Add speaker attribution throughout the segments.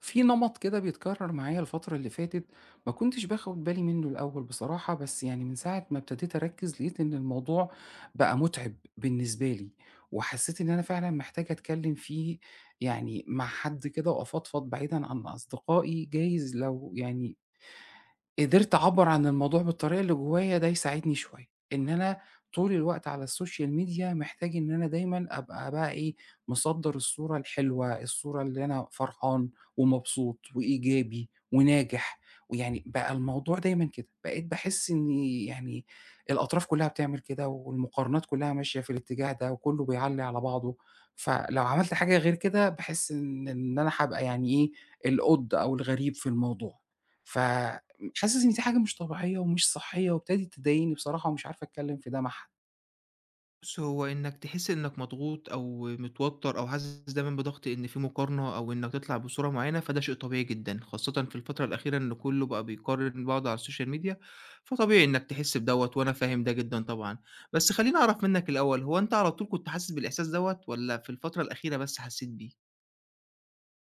Speaker 1: في نمط كده بيتكرر معايا الفترة اللي فاتت. ما كنتش باخد بالي منه الأول بصراحة، بس يعني من ساعة ما ابتديت أركز لقيت إن الموضوع بقى متعب بالنسبة لي. وحسيت إن أنا فعلا محتاجة أتكلم فيه، يعني مع حد كده وأفضفض بعيدا عن أصدقائي. جايز لو يعني قدرت أعبّر عن الموضوع بالطريقة اللي جوايا ده يساعدني شوية، إن أنا طول الوقت على السوشيال ميديا محتاج إن أنا دايمًا أبقى بقى إيه، مصدّر الصورة الحلوة، الصورة اللي أنا فرحان ومبسوط وإيجابي وناجح، ويعني بقى الموضوع دايمًا كده. بقيت باحس إن، يعني، الأطراف كلّها بتعمل كده والمقارنات كلّها ماشية في الاتجاه ده وكلّه بيعلّي على بعضه، فلو عملت حاجة غير كده باحس إن أنا هابقى يعني إيه، القُط أو الغريب في الموضوع. ف حاسس إن دي حاجة مش طبيعية ومش صحية وابتدت تضايقني بصراحة ومش عارف أتكلّم في ده مع حد.
Speaker 2: بُص، هو إنك تحس إنك مضغوط أو متوتر أو حاسس دايمًا بضغط إن في مقارنة أو إنك تطلع بصورة معينة، فده شيء طبيعي جدًا، خاصةً في الفترة الأخيرة إن كُلّه بقى بيقارن بعضه على الSocial Media، فطبيعي إنك تحس بدوّة وأنا فاهم ده جدًا طبعًا. بس خلّيني أعرف منّك الأول، هو أنت على طول كنت حاسس بالإحساس دوّة والّا في الفترة الأخيرة بس حسيت بيه؟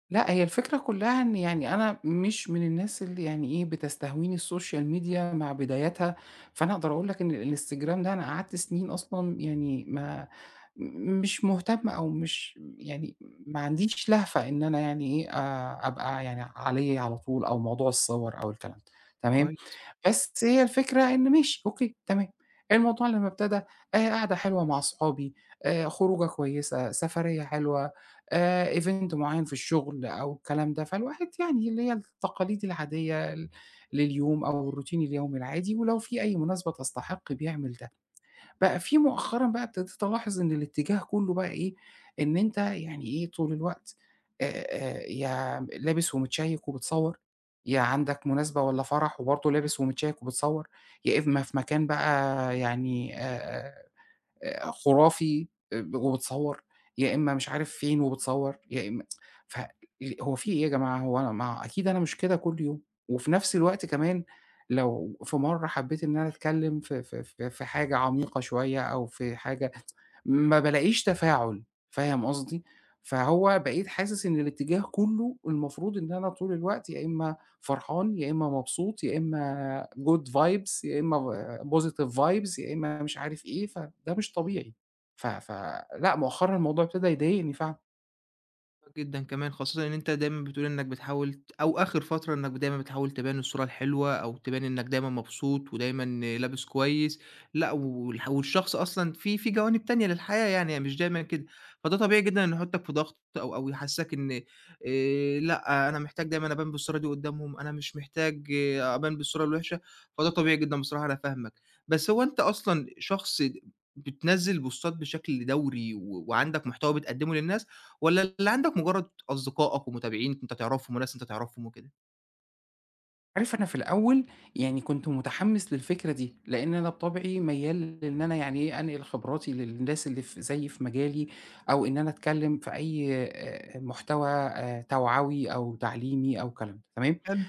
Speaker 1: لأ، هي الفكرة كلّها إن يعني أنا مش من الناس اللي يعني إيه، بتستهويني السوشيال ميديا مع بداياتها، فأنا أقدر أقول لك إن الإنستجرام ده أنا قعدت سنين أصلًا، يعني ما مش مهتمة أو مش، يعني ما عنديش لهفة إن أنا يعني إيه، أبقى يعني عليه على طول أو موضوع الصور أو الكلام ده، تمام.
Speaker 2: كويس.
Speaker 1: بس هي الفكرة إن ماشي أوكي، تمام، الموضوع لمّا ابتدى قعدة حلوة مع صحابي، خروجة كويسة، سفرية حلوة، event معيّن في الشغل أو الكلام ده، فالواحد يعني اللي هي التقاليد العادية لليوم أو الroutine اليومي العادي، ولو في أي مناسبة تستحق بيعمل ده. بقى في مؤخرًا بقى ابتديت ألاحظ إن الاتجاه كُلّه بقى إيه، إن أنت يعني إيه، طول الوقت يا لابس ومتشيّك وبتصوّر، يا عندك مناسبة والّا فرح وبرضه لابس ومتشيّك وبتصوّر، يا إما في مكان بقى، يعني خرافي وبتصوّر، يا إمّا مش عارف فين وبتصوّر، يا إمّا. ف هو في إيه يا جماعة، هو أنا ما، أكيد أنا مش كده كل يوم، وفي نفس الوقت كمان لو في مرّة حبّيت إن أنا أتكلّم في حاجة عميقة شوية أو في حاجة ما بالاقيش تفاعُل، فاهم قصدي؟ فهو بقيت حاسس إن الاتجاه كُلّه المفروض إن أنا طول الوقت يا إمّا فرحان، يا إمّا مبسوط، يا إمّا good vibes، يا إمّا positive vibes، يا إمّا مش عارف إيه، فده مش طبيعي. فلأ مؤخرًا الموضوع ابتدى يضايقني فعلًا.
Speaker 2: جدًا كمان، خاصةً إن أنت دايمًا بتقول إنك بتحاول أو آخر فترة إنك دايمًا بتحاول تبان الصورة الحلوة أو تبان إنك دايمًا مبسوط ودايمًا لابس كويس، لأ والشخص أصلًا في جوانب تانية للحياة يعني، هي مش دايمًا كده، فده طبيعي جدًا إنه يحطك في ضغط أو يحسسك إن لأ، أنا محتاج دايمًا أبان بالصورة دي قدّامهم، أنا مش محتاج إيه، أبان بالصورة الوحشة، فده طبيعي جدًا بصراحة أنا فاهمك. بس هو أنت أصلًا شخص بتنزّل بوستات بشكل دوري وعندك محتوى بتقدمه للناس؟ والّا اللي عندك مجرد أصدقائك ومتابعين أنت تعرفهم وناس أنت تعرفهم وكده؟
Speaker 1: عارف أنا في الأول، يعني كنت متحمّس للفكرة دي، لإن أنا بطبعي ميّال إن أنا يعني إيه، أنقل خبراتي للناس اللي في زيي في مجالي، أو إن أنا أتكلّم في أي محتوى توعوي أو تعليمي أو الكلام ده، تمام؟
Speaker 2: حلو.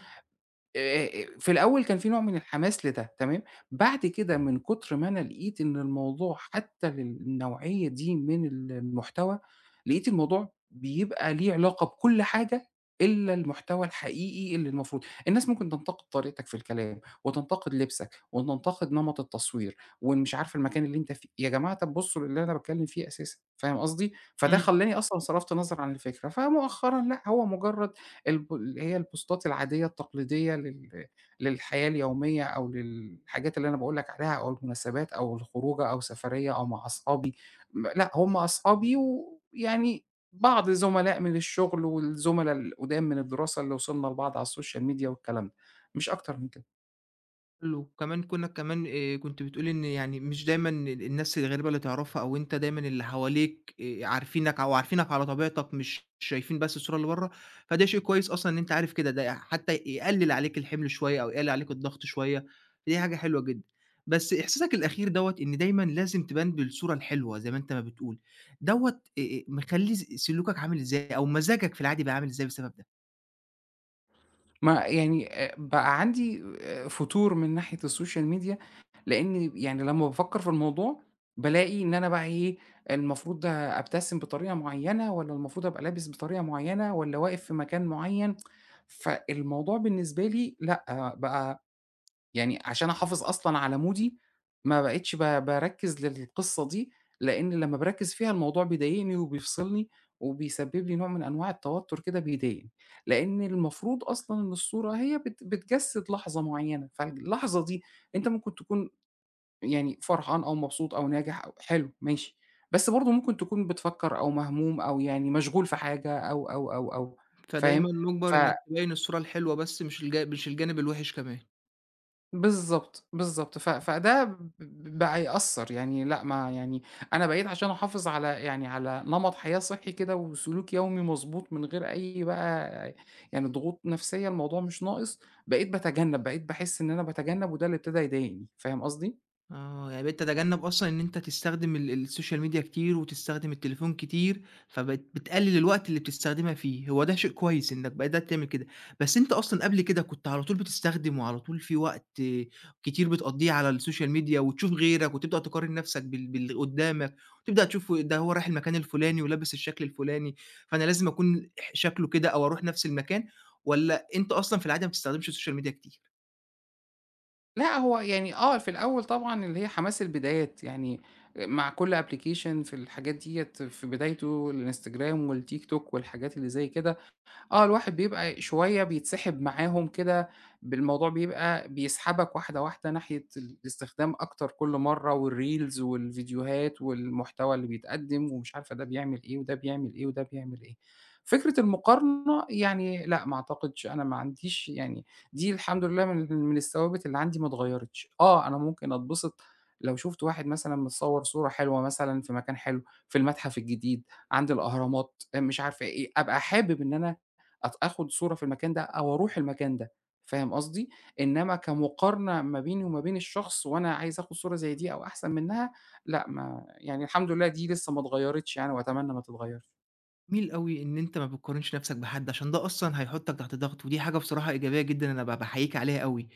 Speaker 1: في الأول كان في نوع من الحماس لده، تمام. بعد كده من كتر ما أنا لقيت إن الموضوع حتى للنوعية دي من المحتوى، لقيت الموضوع بيبقى ليه علاقة بكل حاجة إلا المحتوى الحقيقي، اللي المفروض الناس ممكن تنتقد طريقتك في الكلام، وتنتقد لبسك، وتنتقد نمط التصوير، ومش عارفة المكان اللي أنت فيه، يا جماعة طب بصوا للي أنا باتكلم فيه أساسًا، فاهم قصدي؟ فده
Speaker 2: إمم.
Speaker 1: خلّاني أصلًا صرفت نظر عن الفكرة، فمؤخرًا لأ، هو مجرد اللي هي البوستات العادية التقليدية للحياة اليومية أو للحاجات اللي أنا باقول لك عليها أو المناسبات أو الخروجة أو سفرية أو مع أصحابي. لأ هم أصحابي ويعني بعض زملاء من الشغل والزملا القُدام من الدراسة اللي وصلنا لبعض على السوشيال ميديا والكلام ده، مش أكتر من كده.
Speaker 2: حلو. وكمان كونك كمان كنت بتقول إن يعني مش دايمًا الناس الغريبة اللي تعرفها، أو أنت دايمًا اللي حواليك عارفينك على طبيعتك، مش شايفين بس الصورة اللي برّه، فده شيء كويس أصلًا إن أنت عارف كده، ده حتى يقلل عليك الحمل شوية أو يقلل عليك الضغط شوية، دي حاجة حلوة جدًا. بس إحساسك الأخير دوّة إن دايمًا لازم تبان بالصورة الحلوة زي ما أنت ما بتقول، دوّة مخلّي سلوكك عامل إزاي، أو مزاجك في العادي بقى عامل إزاي بسبب ده؟
Speaker 1: ما يعني بقى عندي فتور من ناحية السوشيال ميديا، لإن يعني لمّا بافكّر في الموضوع، بالاقي إن أنا بقى إيه، المفروض ده أبتسم بطريقة معيّنة والّا المفروض أبقى لابس بطريقة معيّنة والّا واقف في مكان معيّن. فالموضوع بالنسبة لي لأ، بقى يعني عشان أحافظ أصلًا على مودي، ما بقيتش باركّز للقصة دي، لإن لمّا باركّز فيها الموضوع بيضايقني وبيفصلني، وبيسبب لي نوع من أنواع التوتر كده بيضايقني، لإن المفروض أصلًا إن الصورة هي بتجسّد لحظة معيّنة، فاللحظة دي أنت ممكن تكون يعني فرحان أو مبسوط أو ناجح أو حلو ماشي، بس برضه ممكن تكون بتفكّر أو مهموم أو يعني مشغول في حاجة أو، أو، أو، أو، فاهم؟
Speaker 2: فدايمًا
Speaker 1: ف
Speaker 2: مُجبر إنك تبيّن الصورة الحلوة بس مش الجانب الوحش كمان.
Speaker 1: بالضبط، بالضبط، فده بقى يأثّر، يعني لأ ما يعني أنا بقيت عشان أحافظ على يعني على نمط حياة صحّي كده وسلوك يومي مضبوط من غير أي بقى يعني ضغوط نفسية، الموضوع مش ناقص. بقيت باتجنّب، بقيت باحس إن أنا باتجنّب وده اللي ابتدى يضايقني، فاهم قصدي؟
Speaker 2: آه، يعني بقيت تتجنب أصلًا إن أنت تستخدم السوشيال ميديا كتير، وتستخدم التليفون كتير، فبقيت بتقلل الوقت اللي بتستخدمها فيه، هو ده شيء كويس إنك بدأت تعمل كده. بس أنت أصلًا قبل كده كنت على طول بتستخدم، وعلى طول في وقت كتير بتقضّيه على السوشيال ميديا، وتشوف غيرك، وتبدأ تقارن نفسك باللي قدّامك، وتبدأ تشوف ده هو رايح المكان الفلاني، ولابس الشكل الفلاني، فأنا لازم أكون شكله كده، أو أروح نفس المكان، والّا أنت أصلًا في العادة ما بتستخدمش السوشيال ميديا كتير؟
Speaker 1: لأ هو يعني آه، في الأول طبعًا اللي هي حماس البدايات، يعني مع كل application في الحاجات ديّة في بدايته الإنستجرام والتيك توك والحاجات اللي زي كده. آه، الواحد بيبقى شوية بيتسحب معاهم كده، بالموضوع بيبقى بيسحبك واحدة، واحدة ناحية الاستخدام أكتر كل مرّة والreels والفيديوهات والمحتوى اللي بيتقدّم ومش عارفة ده بيعمل إيه وده بيعمل إيه وده بيعمل إيه. فكرة المقارنة يعني لأ، ما أعتقدش، أنا ما عنديش يعني، دي الحمد لله من الثوابت اللي عندي ما اتغيّرتش. آه، أنا ممكن أتبسط لو شُفت واحد مثلًا متصوّر صورة حلوة مثلًا في مكان حلو، في المتحف الجديد، عند الأهرامات، مش عارفة إيه، أبقى حابب إن أنا آخُد صورة في المكان ده أو أروح المكان ده، فاهم قصدي؟ إنّما كمقارنة ما بيني وما بين الشخص وأنا عايز آخُد صورة زي دي أو أحسن منّها، لأ ما يعني الحمد لله دي لسّه ما اتغيّرتش يعني، وأتمنى ما تتغيّرش.
Speaker 2: جميل أوي إن أنت ما بتقارنش نفسك بحد، عشان ده أصلًا هيحطك تحت ضغط، ودي حاجة بصراحة إيجابية جدًا أنا باحييك عليها أوي.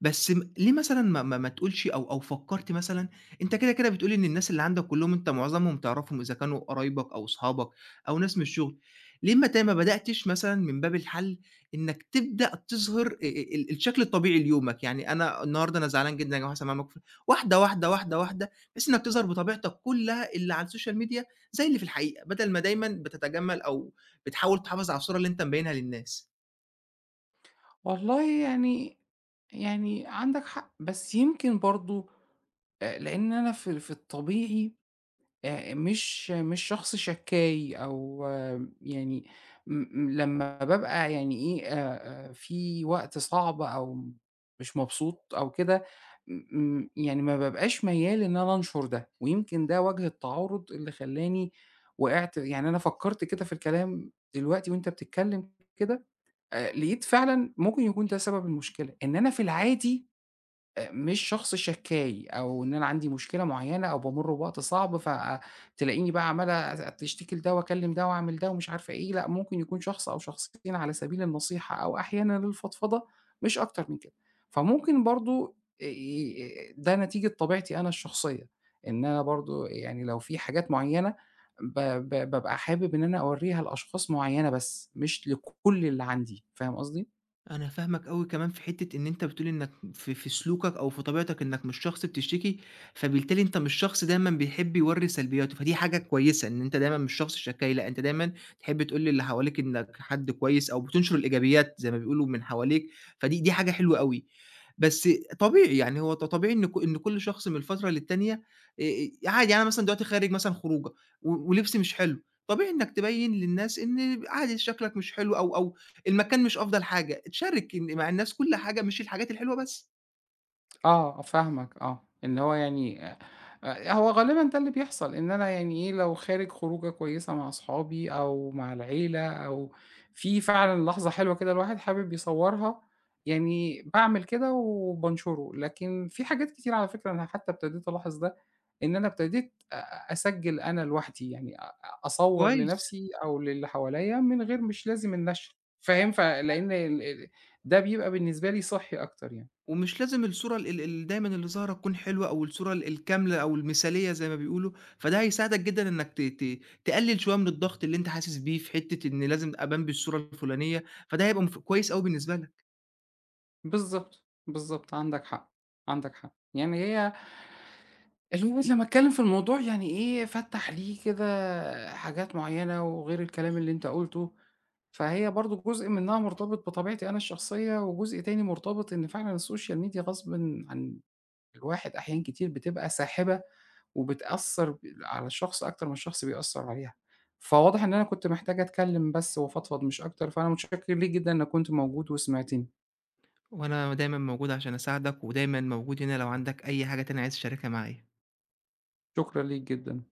Speaker 2: بس ليه مثلًا ما تقولش أو فكّرت مثلًا، أنت كده بتقول لي إن الناس اللي عندك كلّهم، أنت معظمهم تعرفهم إذا كانوا قرايبك أو صحابك أو ناس من الشغل، ليه ما بدأتش مثلًا من باب الحَل إنّك تبدأ تظهر أ أ الشكل الطبيعي ليومك؟ يعني أنا النهارده أنا زعلان جدًا يا جماعة، حصل معايا موقف، واحدة، واحدة، واحدة، واحدة، بحيث إنّك تظهر بطبيعتك كلّها اللي على السوشيال ميديا زي اللي في الحقيقة، بدل ما دايمًا بتتجمّل أو بتحاول تحافظ على الصورة اللي أنت مبيّنها للناس.
Speaker 1: والله يعني، يعني عندك حق، بس يمكن برضه لإن أنا في الطبيعي مش شخص شكّاي أو آه، يعني م م لمّا بابقى يعني إيه، في وقت صعب أو مش مبسوط أو كده، م م يعني ما بابقاش ميّال إن أنا أنشُر ده، ويمكن ده وجه التعارض اللي خلّاني وقعت، يعني أنا فكّرت كده في الكلام دلوقتي وأنت بتتكلّم كده، لقيت فعلًا ممكن يكون ده سبب المشكلة، إن أنا في العادي مش شخص شكّاي أو إن أنا عندي مشكلة معيّنة أو بامُر بوقت صعب، فتلاقيني بقى عمّال أشتكي لده واكلّم ده واعمل ده ومش عارفة إيه، لأ، ممكن يكون شخص أو شخصين على سبيل النصيحة أو أحيانًا الفضفضة، مش أكتر من كده. فممكن برضه آآ ده نتيجة طبيعتي أنا الشخصية، إن أنا برضه يعني لو في حاجات معيّنة ب ب بابقى حابب إن أنا أورّيها لأشخاص معيّنة بس، مش لكل اللي عندي، فاهم قصدي؟
Speaker 2: أنا فاهمك أوي كمان في حتّة إن أنت بتقول إنّك في سلوكك أو في طبيعتك إنّك مش شخص بتشتكي، فبالتالي أنت مش شخص دايمًا بيحب يورّي سلبياته، فدي حاجة كويسة إن أنت دايمًا مش شخص شكّاي، لأ، أنت دايمًا تحب تقول للي حواليك إنّك حد كويس، أو بتنشر الإيجابيات زي ما بيقولوا من حواليك، فدي حاجة حلوة أوي. بس طبيعي يعني، هو طبيعي إن إن كل شخص من فترة للتانية آآ عادي، يعني أنا مثلًا دلوقتي خارج مثلًا خروجة ولبسي مش حلو، طبيعي إنّك تبيّن للناس إن عادي شكلك مش حلو، أو أو المكان مش أفضل حاجة، تشارك مع الناس كل حاجة، مش الحاجات الحلوة بس.
Speaker 1: آه، آه، فاهمك آه، إن هو يعني هو غالبًا ده اللي بيحصل، إن أنا يعني إيه، لو خارج خروجة كويسة مع أصحابي أو مع العيلة أو في فعلًا لحظة حلوة كده الواحد حابب يصورها، يعني باعمل كده وبانشره، لكن في حاجات كتير على فكرة أنا حتى ابتديت ألاحظ ده، إن أنا ابتديت أ أ أسجّل أنا لوحدي، يعني أصوّر
Speaker 2: كويس.
Speaker 1: لنفسي أو للي حواليّا من غير، مش لازم النشر، فاهم؟ لإن ال ال ده بيبقى بالنسبة لي صحّي أكتر يعني.
Speaker 2: ومش لازم الصورة ال ال ال دايمًا اللي ظاهرة تكون حلوة، أو الصورة الكاملة أو المثالية زي ما بيقولوا، فده هيساعدك جدًا إنك ت ت تقلل شوية من الضغط اللي أنت حاسس بيه في حتة إن لازم أبان بالصورة الفلانية، فده هيبقى كويس أوي بالنسبة لك،
Speaker 1: بالضبط، بالضبط عندك حق، عندك حق. يعني هي اللي هو لمّا اتكلم في الموضوع يعني إيه، فتّح لي كده حاجات معيّنة وغير الكلام اللي أنت قُلته، فهي برضه جزء منها مرتبط بطبيعتي أنا الشخصية، وجزء تاني مرتبط إن فعلًا السوشيال ميديا غصبٍ عن الواحد أحيان كتير بتبقى ساحبة وبتأثّر على الشخص أكتر ما الشخص بيأثّر عليها. فواضح إن أنا كنت محتاج أتكلم بس وأفضفض مش أكتر، فأنا متشكّر ليك جدًا إنّك كنت موجود وسمعتني،
Speaker 2: وأنا دايمًا موجود عشان أساعدك، ودايمًا موجود هنا لو عندك أي حاجة تانية عايز تشاركها معايا.
Speaker 1: شكرًا ليك جدًا.